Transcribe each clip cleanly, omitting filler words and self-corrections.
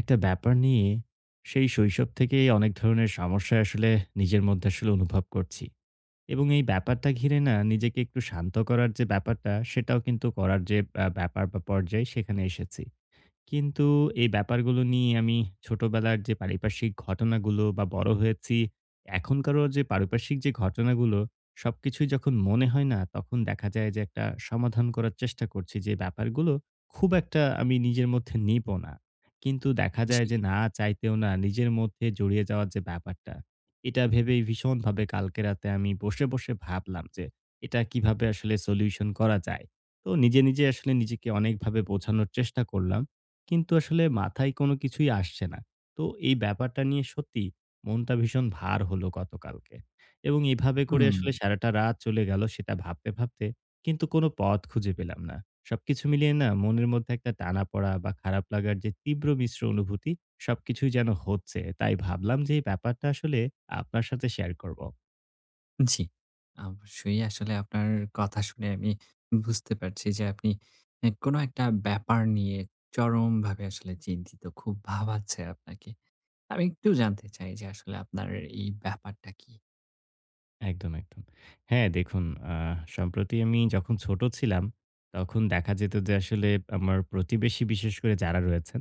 একটা ব্যাপার নিয়ে সেই শৈশব থেকেই অনেক ধরনের সমস্যা আসলে নিজের মধ্যে আসলে অনুভব করছি এবং এই ব্যাপারটা ঘিরে না নিজেকে একটু শান্ত করার যে ব্যাপারটা সেটাও কিন্তু করার যে ব্যাপার বা পর্যায়ে সেখানে এসেছি কিন্তু এই ব্যাপারগুলো নিয়ে আমি ছোটবেলার যে পারিপার্শ্বিক ঘটনাগুলো বা বড় হয়েছি, এখনকারও যে পারিপার্শ্বিক যে ঘটনাগুলো, সবকিছুই যখন মনে হয় না, তখন দেখা যায় যে একটা সমাধান করার চেষ্টা করছি যে ব্যাপারগুলো খুব একটা আমি নিজের মধ্যে নিবো না। কিন্তু দেখা জি। যায় যে না চাইতেও না নিজের মধ্যে জড়িয়ে যাওয়ার যে ব্যাপারটা, এটা ভেবেই ভীষণভাবে কালকে রাতে আমি বসে, বসে ভাবলাম যে এটা কিভাবে আসলে সলিউশন করা যায়। তো নিজে, নিজে আসলে নিজেকে অনেকভাবে বোঝানোর চেষ্টা করলাম। কিন্তু আসলে মাথায় কোনো কিছুই আসছে না। তো এই ব্যাপারটা নিয়ে সত্যি মনটা ভীষণ ভার হলো গতকালকে। এবং এভাবে করে হুম, আসলে সারাটা রাত চলে গেল সেটা ভাবতে, ভাবতে কিন্তু কোনো পথ খুঁজে পেলাম না। সবকিছু মিলিয়ে না মনের মধ্যে একটা টানাপড়া বা খারাপ লাগার যে তীব্র মিশ্র অনুভূতি সবকিছুই যেন হচ্ছে। তাই ভাবলাম যে এই ব্যাপারটা আসলে আপনার সাথে শেয়ার করব। জি। অবশ্যই আসলে আপনার কথা শুনে আমি বুঝতে পারছি যে আপনি এ কোনো একটা ব্যাপার নিয়ে চরমভাবে আসলে চিন্তিত। খুব ভাবাচ্ছে আপনাকে। আমি একটু জানতে চাই যে আসলে আপনার এই ব্যাপারটা কি? একদম, একদম। হ্যাঁ, দেখুন আ সম্প্রতি আমি যখন ছোট ছিলাম, তখন দেখা যেত যে আসলে আমার প্রতিবেশী বিশেষ করে যারা রয়েছেন,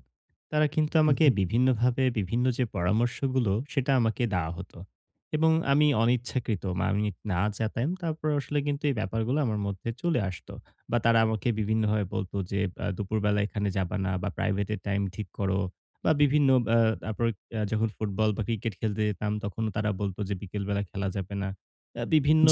তারা কিন্তু হুম, আমাকে হুম। বিভিন্নভাবে বিভিন্ন যে পরামর্শগুলো সেটা আমাকে দেওয়া হতো। এবং আমি অনিচ্ছাকৃত আমি না চাইতাম তারপর আসলে কিন্তু এই ব্যাপারগুলো আমার মধ্যে চলে আসতো। বা তারা আমাকে বিভিন্নভাবে বলত যে দুপুরবেলা এখানে যাবা না বা প্রাইভেটের টাইম ঠিক করো বা বিভিন্ন আ তারপর যখন ফুটবল বা ক্রিকেট খেলতে যেতাম তখনও তারা বলত যে বিকেল বেলা খেলা যাবে না।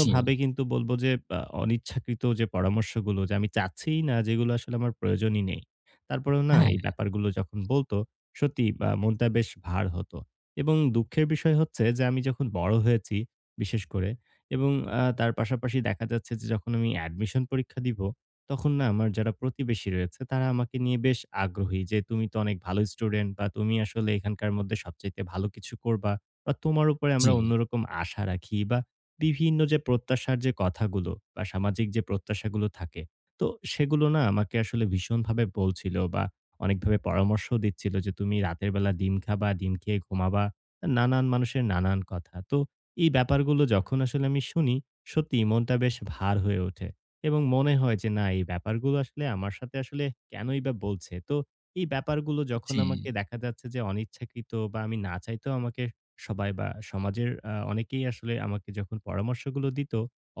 জি। কিন্তু বলব যে অনিচ্ছাকৃত যে পরামর্শগুলো যে আমি চাচ্ছিই না যেগুলো আসলে আমার প্রয়োজনই নেই। তারপরেও না হ্যাঁ, এই ব্যাপারগুলো যখন বলতো সত্যি মনটা বেশ ভার হতো। এবং দুঃখের বিষয় হচ্ছে যে আমি যখন বড় হয়েছি বিশেষ করে এবং তার পাশাপাশি দেখা যাচ্ছে যে যখন আমি অ্যাডমিশন পরীক্ষা দিব, তখন না আমার যারা প্রতিবেশী রয়েছে তারা আমাকে নিয়ে বেশ আগ্রহী যে, "তুমি তো অনেক ভালো স্টুডেন্ট বা তুমি আসলে এখানকার মধ্যে সবচাইতে ভালো কিছু করবা বা তোমার উপরে জি, আমরা অন্যরকম আশা রাখি বা বিভিন্ন যে প্রত্যাশার যে কথাগুলো বা সামাজিক যে প্রত্যাশাগুলো থাকে, তো সেগুলো না আমাকে আসলে ভীষণভাবে বলছিল বা অনেকভাবে পরামর্শও দিচ্ছিল যে, "তুমি রাতের বেলা ডিম খাবা, ডিম খেয়ে ঘুমাবা।" নানান মানুষের নানান কথা। তো এই ব্যাপারগুলো যখন আসলে আমি শুনি, সত্যিই মনটা বেশ ভার হয়ে ওঠে এবং মনে হয় যে, না এই ব্যাপারগুলো আসলে আমার সাথে আসলে কেনই বা বলছে? তো এই ব্যাপারগুলো যখন জি। আমাকে দেখা যাচ্ছে যে অনিচ্ছাকৃত বা আমি না চাইতেও আমাকে সবাই বা সমাজের অনেকেই আসলে আমাকে যখন পরামর্শগুলো দিত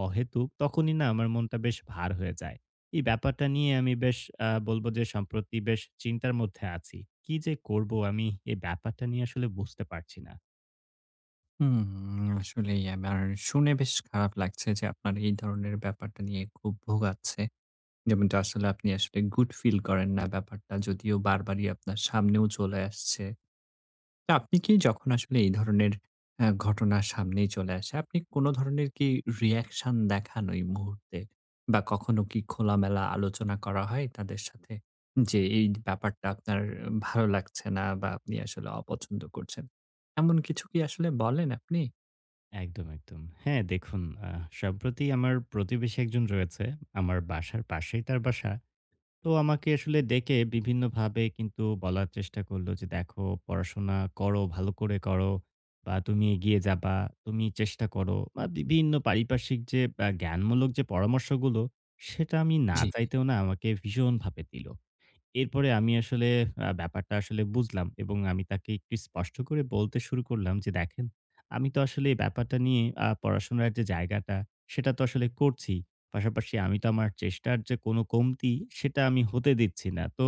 অহেতুক, তখনই না আমার মনটা বেশ ভার হয়ে যায়। এই ব্যাপারটা নিয়ে আমি বেশ বলব যে সম্প্রতি বেশ চিন্তার মধ্যে আছি। কি যে করব আমি এই ব্যাপারটা নিয়ে আসলে বুঝতে পারছি না। হুম, আসলেই আমার শুনে বেশ খারাপ লাগছে যে আপনার এই ধরনের ব্যাপারটা নিয়ে খুব ভোগাচ্ছে। যেমনটা আসলে আপনি আসলে good feel করেন না ব্যাপারটা যদিও বারবারই আপনার সামনেও চলে আসছে। তা আপনি কি যখন আসলে এই ধরনের ঘটনা সামনেই চলে আসে, আপনি কোন ধরনের কি রিঅ্যাকশন দেখান ওই মুহূর্তে? বা কখনো কি খোলামেলা আলোচনা করা হয় তাদের সাথে? যে এই ব্যাপারটা আপনার ভালো লাগছে না বা আপনি আসলে অপছন্দ করছেন। এমন কিছু কি আসলে বলেন আপনি? একদম, একদম। হ্যাঁ, দেখুন আ সম্প্রতি আমার প্রতিবেশী একজন রয়েছে। আমার বাসার পাশেই তার বাসা। তো আমাকে আসলে ডেকে বিভিন্নভাবে কিন্তু বলার চেষ্টা করলো যে, "দেখো পড়াশোনা করো, ভালো করে করো বা তুমি এগিয়ে যাবা, তুমি চেষ্টা করো" বা বিভিন্ন পারিপার্শ্বিক যে জ্ঞানমূলক যে পরামর্শগুলো, সেটা আমি না জি, চাইতেও না আমাকে ভীষণভাবে দিল। এরপরে আমি আসলে ব্যাপারটা আসলে বুঝলাম এবং আমি তাকে একটু স্পষ্ট করে বলতে শুরু করলাম যে, "দেখেন, আমি তো আসলে এই ব্যাপারটা নিয়ে পড়াশোনার যে জায়গাটা, সেটা তো আসলে করছি। পাশাপাশি আমি তো আমার চেষ্টার যে কোনো কমতি, সেটা আমি হতে দিচ্ছি না। তো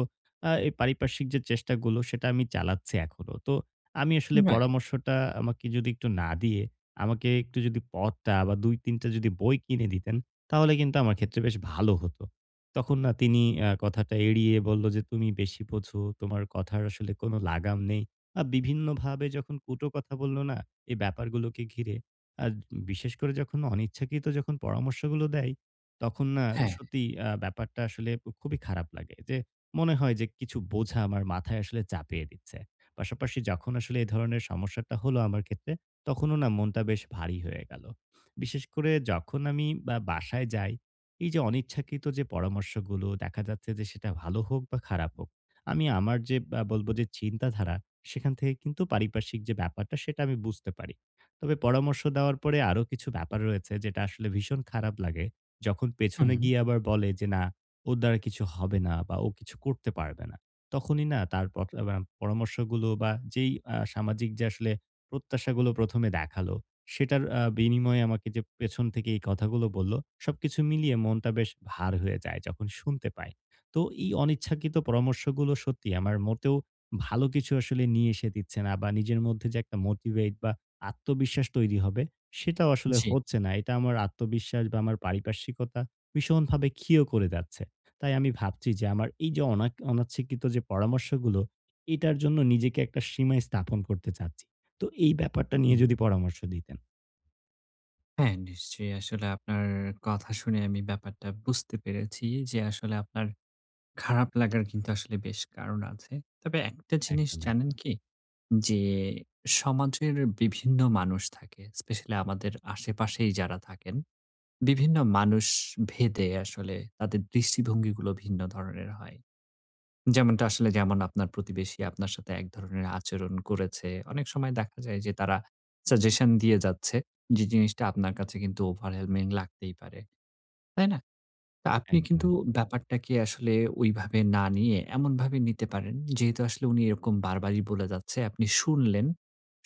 এই পারিপার্শ্বিক যে চেষ্টাগুলো, সেটা আমি চালাচ্ছি এখনো। তো আমি আসলে রাইট। পরামর্শটা আমাকে যদি একটু না দিয়ে, আমাকে একটু যদি পথটা বা ২-৩ টা যদি বই কিনে দিতেন, তাহলে কিন্তু আমার ক্ষেত্রে বেশ ভালো হতো।" তখন না তিনি কথাটা এড়িয়ে বলল যে, "তুমি বেশি বোঝো। তোমার কথার আসলে কোনো লাগাম নেই।" বিভিন্নভাবে যখন কটু কথা বলল না, এই ব্যাপারগুলোকে ঘিরে, আর বিশেষ করে যখন অনিচ্ছাকৃত যখন পরামর্শগুলো দেয়, তখন না হ্যাঁ, সত্যি ব্যাপারটা আসলে খুবই খারাপ লাগে যে, মনে হয় যে কিছু বোঝা আমার মাথায় আসলে চাপিয়ে দিচ্ছে। পাশাপাশি যখন আসলে এ ধরনের সমস্যাটা হলো আমার ক্ষেত্রে, তখনও না মনটা বেশ ভারী হয়ে গেল। বিশেষ করে যখন আমি বা বাসায় যাই এই যে অনিচ্ছাকৃত যে পরামর্শগুলো দেখা যাচ্ছে যে সেটা ভালো হোক বা খারাপ হোক, আমি আমার যে বলব যে চিন্তাধারা সেখান থেকে কিন্তু পারিপার্শ্বিক যে ব্যাপারটা সেটা আমি বুঝতে পারি। তবে পরামর্শ দেওয়ার পরে আরো কিছু ব্যাপার রয়েছে যেটা আসলে ভীষণ খারাপ লাগে। যখন হুম, পেছনে গিয়ে আবার বলে যে না ওর দ্বারা কিছু হবে না বা ও কিছু করতে পারবে না। তখনই না তার পট আ পরামর্শগুলো বা যেই সামাজিক যে আসলে প্রত্যাশাগুলো ১ম এ দেখালো সেটার বিনিময়ে আমাকে যে পেছন থেকে এই কথাগুলো বলল, সবকিছু মিলিয়ে মনটা বেশ ভার হয়ে যায় যখন শুনতে পাই। তো এই অনিচ্ছাকৃত পরামর্শগুলো সত্যি আমার মোটেও ভালো কিছু আসলে নিয়ে এসে দিচ্ছে না বা নিজের মধ্যে যে একটা মোটিভেট বা আত্মবিশ্বাস তৈরি হবে, সেটাও আসলে জি, হচ্ছে না। এটা আমার আত্মবিশ্বাস বা আমার পারিপার্শ্বিকতা ভীষণভাবে ক্ষীয় করে যাচ্ছে। তাই আমি ভাবছি যে আমার এই যে অনাচ্ছাকৃত যে পরামর্শগুলো, এটার জন্য নিজেকে একটা সীমায় স্থাপন করতে চাচ্ছি। তো এই ব্যাপারটা নিয়ে হুম। যদি পরামর্শ দিতেন। হ্যাঁ, নিশ্চয়ই আসলে আপনার কথা শুনে আমি ব্যাপারটা বুঝতে পেরেছি যে আসলে আপনার খারাপ লাগার কিন্তু আসলে বেশ কারণ আছে। তবে একটা জিনিস একদম. জানেন কি? যে সমাজের বিভিন্ন মানুষ থাকে। স্পেশালি আমাদের আশেপাশেই যারা থাকেন, বিভিন্ন মানুষ ভেদে আসলে তাদের দৃষ্টিভঙ্গিগুলো ভিন্ন ধরনের হয়। যেমনটা আসলে যেমন আপনার প্রতিবেশী আপনার সাথে এক ধরনের আচরণ করেছে। অনেক সময় দেখা যায় যে তারা সাজেশন দিয়ে যাচ্ছে। যে জিনিসটা আপনার কাছে কিন্তু overwhelming লাগতেই পারে। তাই না? তা আপনি একদম, কিন্তু এক ব্যাপারটাকে আসলে ওইভাবে না নিয়ে এমনভাবে নিতে পারেন, যেহেতু আসলে উনি এরকম বারবারই বলে যাচ্ছে, আপনি শুনলেন।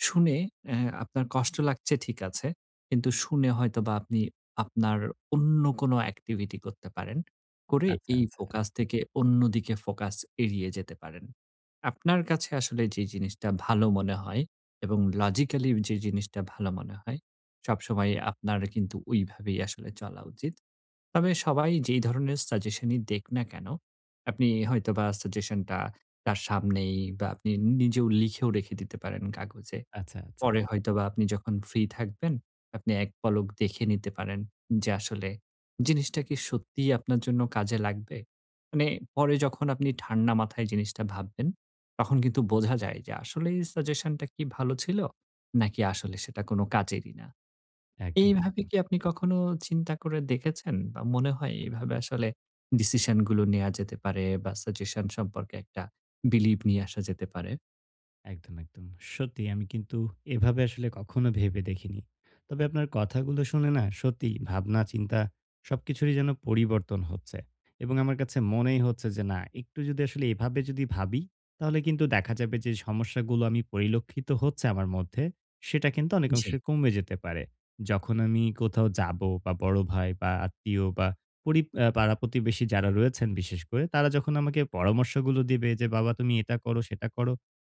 শুনে আপনার কষ্ট লাগছে ঠিক আছে। কিন্তু শুনে হয়তোবা আপনি আপনার অন্য কোনো activity করতে পারেন। করে আচ্ছা, এই আচ্ছা, ফোকাস থেকে অন্যদিকে ফোকাস এড়িয়ে যেতে পারেন। আপনার কাছে আসলে যে জিনিসটা ভালো মনে হয় এবং লজিক্যালি যে জিনিসটা ভালো মনে হয়, সবসময় আপনার কিন্তু ওইভাবেই আসলে চলা উচিত। তবে সবাই যেই ধরনের সাজেশনই দেখ না কেন, আপনি হয়তোবা সাজেশনটা তার সামনেই বা আপনি নিজেও লিখেও রেখে দিতে পারেন কাগজে। আচ্ছা, আচ্ছা। পরে হয়তোবা আপনি যখন ফ্রি থাকবেন, আপনি এক পলক দেখে নিতে পারেন যে আসলে জিনিসটা কি সত্যিই আপনার জন্য কাজে লাগবে? মানে পরে যখন আপনি ঠান্ডা মাথায় জিনিসটা ভাববেন, তখন কিন্তু বোঝা যায় যে আসলেই সাজেশনটা কি ভালো ছিল? নাকি আসলে সেটা কোনো কাজেরই না। একদম, এইভাবে একদম। কি আপনি কখনো চিন্তা করে দেখেছেন? বা মনে হয় এভাবে আসলে ডিসিশন গুলো নেয়া যেতে পারে বা সাজেশন সম্পর্কে একটা বিলিভ নিয়ে আসা যেতে পারে? একদম, একদম। সত্যি আমি কিন্তু এভাবে আসলে কখনো ভেবে দেখিনি। তবে আপনার কথাগুলো শুনে না সত্যি ভাবনা চিন্তা সবকিছুরই যেন পরিবর্তন হচ্ছে। এবং আমার কাছে মনেই হচ্ছে যে না একটু যদি আসলে এভাবে যদি ভাবি তাহলে কিন্তু দেখা যাবে যে সমস্যাগুলো আমি পরিলক্ষিত হচ্ছে আমার মধ্যে সেটা কিন্তু জি, অনেকাংশে কমে যেতে পারে। যখন আমি কোথাও যাবো বা বড় ভাই বা আত্মীয় বা পরি আ পাড়া-প্রতিবেশী যারা রয়েছেন বিশেষ করে তারা যখন আমাকে পরামর্শগুলো দিবে যে, "বাবা তুমি এটা করো, সেটা করো।"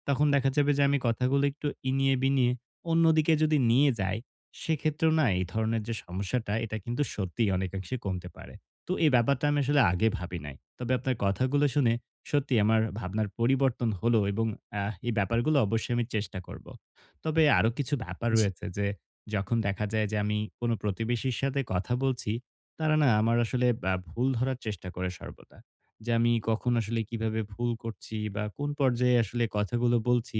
তখন দেখা যাবে যে আমি কথাগুলো একটু ইনিয়ে বিনিয়ে অন্যদিকে যদি নিয়ে যাই, সেক্ষেত্রেও না এই ধরনের যে সমস্যাটা এটা কিন্তু সত্যিই অনেকাংশে কমতে পারে। তো এই ব্যাপারটা আমি আসলে আগে ভাবি নাই। তবে আপনার কথাগুলো শুনে সত্যিই আমার ভাবনার পরিবর্তন হলো এবং এই ব্যাপারগুলো অবশ্যই আমি চেষ্টা করব। তবে আরো কিছু ব্যাপার জি, রয়েছে যে যখন দেখা যায় যে আমি কোনো প্রতিবেশীর সাথে কথা বলছি, তারা না আমার আসলে ভুল ধরার চেষ্টা করে সর্বদা। যে আমি কখন আসলে কিভাবে ভুল করছি বা কোন পর্যায়ে আসলে কথাগুলো বলছি।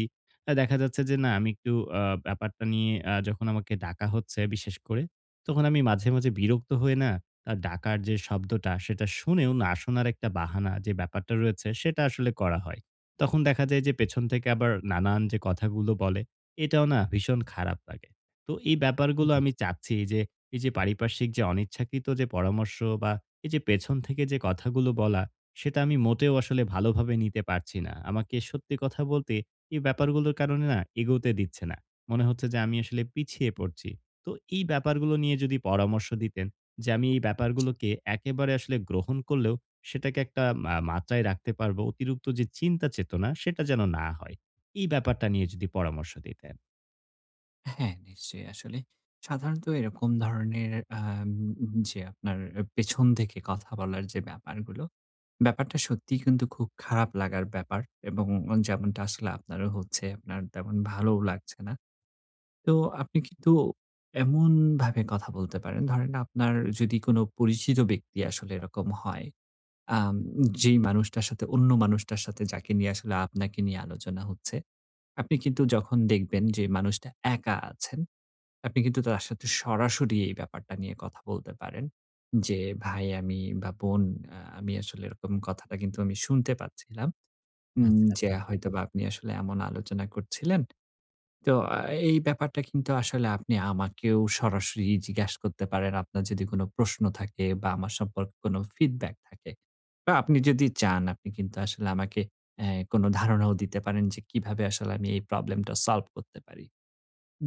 দেখা যাচ্ছে যে না আমি একটু আ ব্যাপারটা নিয়ে যখন আমাকে ডাকা হচ্ছে বিশেষ করে, তখন আমি মাঝে, মাঝে বিরক্ত হয়ে না ডাকার যে শব্দটা সেটা শুনেও না শোনার একটা বাহানা যে ব্যাপারটা রয়েছে সেটা আসলে করা হয়। তখন দেখা যায় যে পেছন থেকে আবার নানান যে কথাগুলো বলে, এটাও না ভীষণ খারাপ লাগে। তো এই ব্যাপারগুলো হুম, আমি চাচ্ছি যে এই যে পারিপার্শ্বিক যে অনিচ্ছাকৃত যে পরামর্শ বা এই যে পেছন থেকে যে কথাগুলো বলা সেটা আমি মোটেও আসলে ভালোভাবে নিতে পারছি না। আমাকে সত্যি কথা বলতে এই ব্যাপারগুলোর কারণে না এগোতে দিচ্ছে না। মনে হচ্ছে যে আমি আসলে পিছিয়ে পড়ছি। তো এই ব্যাপারগুলো নিয়ে যদি পরামর্শ দিতেন যে আমি এই জি। ব্যাপারগুলোকে একেবারে আসলে গ্রহণ করলেও সেটাকে একটা মাত্রায় রাখতে পারবো। অতিরিক্ত যে চিন্তা চেতনা সেটা যেন না হয়। এই ব্যাপারটা নিয়ে যদি পরামর্শ দিতেন। হ্যাঁ, নিশ্চয়ই আসলে সাধারণত এরকম ধরনের আম যে আপনার পেছন থেকে কথা বলার যে ব্যাপারগুলো, ব্যাপারটা সত্যিই কিন্তু খুব খারাপ লাগার ব্যাপার এবং যেমনটা আসলে আপনারও হচ্ছে, আপনার তেমন ভালোও লাগছে না। তো আপনি কিন্তু এমনভাবে কথা বলতে পারেন। ধরেন আপনার যদি কোনো পরিচিত ব্যক্তি আসলে এরকম হয়, আম যেই মানুষটার সাথে অন্য মানুষটার সাথে যাকে নিয়ে আসলে আপনাকে নিয়ে আলোচনা হচ্ছে, আপনি কিন্তু যখন দেখবেন যে মানুষটা একা আছেন, আপনি কিন্তু তার সাথে সরাসরি এই ব্যাপারটা নিয়ে কথা বলতে পারেন। যে, "ভাই আমি বা বোন আমি আসলে এরকম কথাটা কিন্তু আমি শুনতে পাচ্ছিলাম। আচ্ছা, যে আচ্ছা। হয়তোবা আপনি আসলে এমন আলোচনা করছিলেন। তো এই ব্যাপারটা কিন্তু আসলে আপনি আমাকেও সরাসরি জিজ্ঞেস করতে পারেন। আপনার যদি কোন প্রশ্ন থাকে বা আমার সম্পর্কে কোন ফিডব্যাক থাকে বা আপনি যদি চান আপনি কিন্তু আসলে আমাকে কোন ধারণাও দিতে পারেন যে কিভাবে আসলে আমি এই প্রবলেমটা সলভ করতে পারি।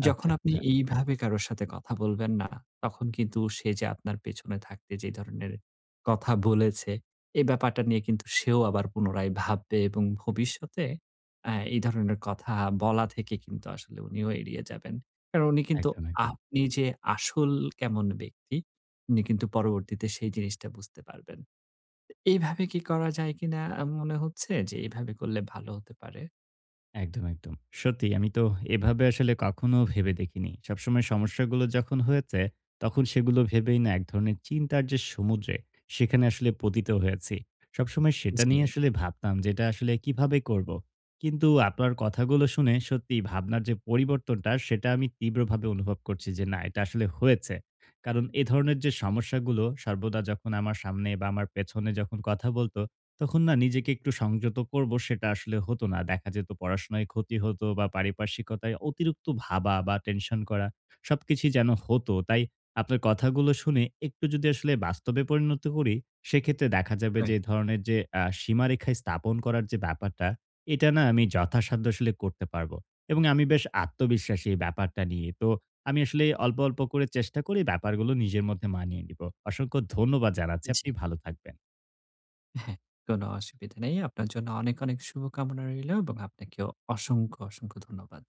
যখন আচ্ছা, আপনি আচ্ছা। এইভাবে কারো সাথে কথা বলবেন না, তখন কিন্তু সে যে আপনার পেছনে থাকতে যে ধরনের কথা বলেছে, এই ব্যাপারটা নিয়ে কিন্তু সেও আবার পুনরায় ভাববে এবং ভবিষ্যতে এই ধরনের কথা বলা থেকে কিন্তু আসলে উনিও এড়িয়ে যাবেন। কারণ উনি কিন্তু একদম, একদম। আপনি যে আসল কেমন ব্যক্তি, উনি কিন্তু পরবর্তীতে সেই জিনিসটা বুঝতে পারবেন। এইভাবে কি করা যায় কিনা মনে হচ্ছে যে এভাবে করলে ভালো হতে পারে? একদম, একদম। সত্যিই আমি তো এভাবে আসলে কখনো ভেবে দেখিনি। সবসময় সমস্যাগুলো যখন হয়েছে, তখন সেগুলো ভেবেই না এক ধরনের চিন্তার যে সমুদ্রে, সেখানে আসলে পতিত হয়েছি। সবসময় সেটা জি, নিয়ে আসলে ভাবতাম যে এটা আসলে কিভাবে করব। কিন্তু আপনার কথাগুলো শুনে সত্যিই ভাবনার যে পরিবর্তনটা, সেটা আমি তীব্রভাবে অনুভব করছি যে না এটা আসলে হয়েছে। কারণ এ ধরনের যে সমস্যাগুলো সর্বদা যখন আমার সামনে বা আমার পেছনে যখন কথা বলত, তখন না নিজেকে একটু সংযত করব সেটা আসলে হতো না। দেখা যেত পড়াশোনায় ক্ষতি হতো বা পারিপার্শ্বিকতায় অতিরিক্ত ভাবা বা টেনশন করা সবকিছুই যেন হতো। তাই আপনার কথাগুলো শুনে একটু যদি আসলে বাস্তবে পরিণত করি, সেক্ষেত্রে দেখা যাবে যে রাইট। এ ধরনের যে সীমারেখায় স্থাপন করার যে ব্যাপারটা, এটা না আমি যথাসাধ্য আসলে করতে পারব। এবং আমি বেশ আত্মবিশ্বাসী এই ব্যাপারটা নিয়ে। তো আমি আসলে অল্প, অল্প করে চেষ্টা করে ব্যাপারগুলো নিজের মধ্যে মানিয়ে নিব। অসংখ্য ধন্যবাদ জানাচ্ছি। জি। আপনি ভালো থাকবেন। হ্যাঁ, কোনো অসুবিধা নেই। আপনার জন্য অনেক, অনেক শুভকামনা রইলো এবং আপনাকেও অসংখ্য, অসংখ্য ধন্যবাদ।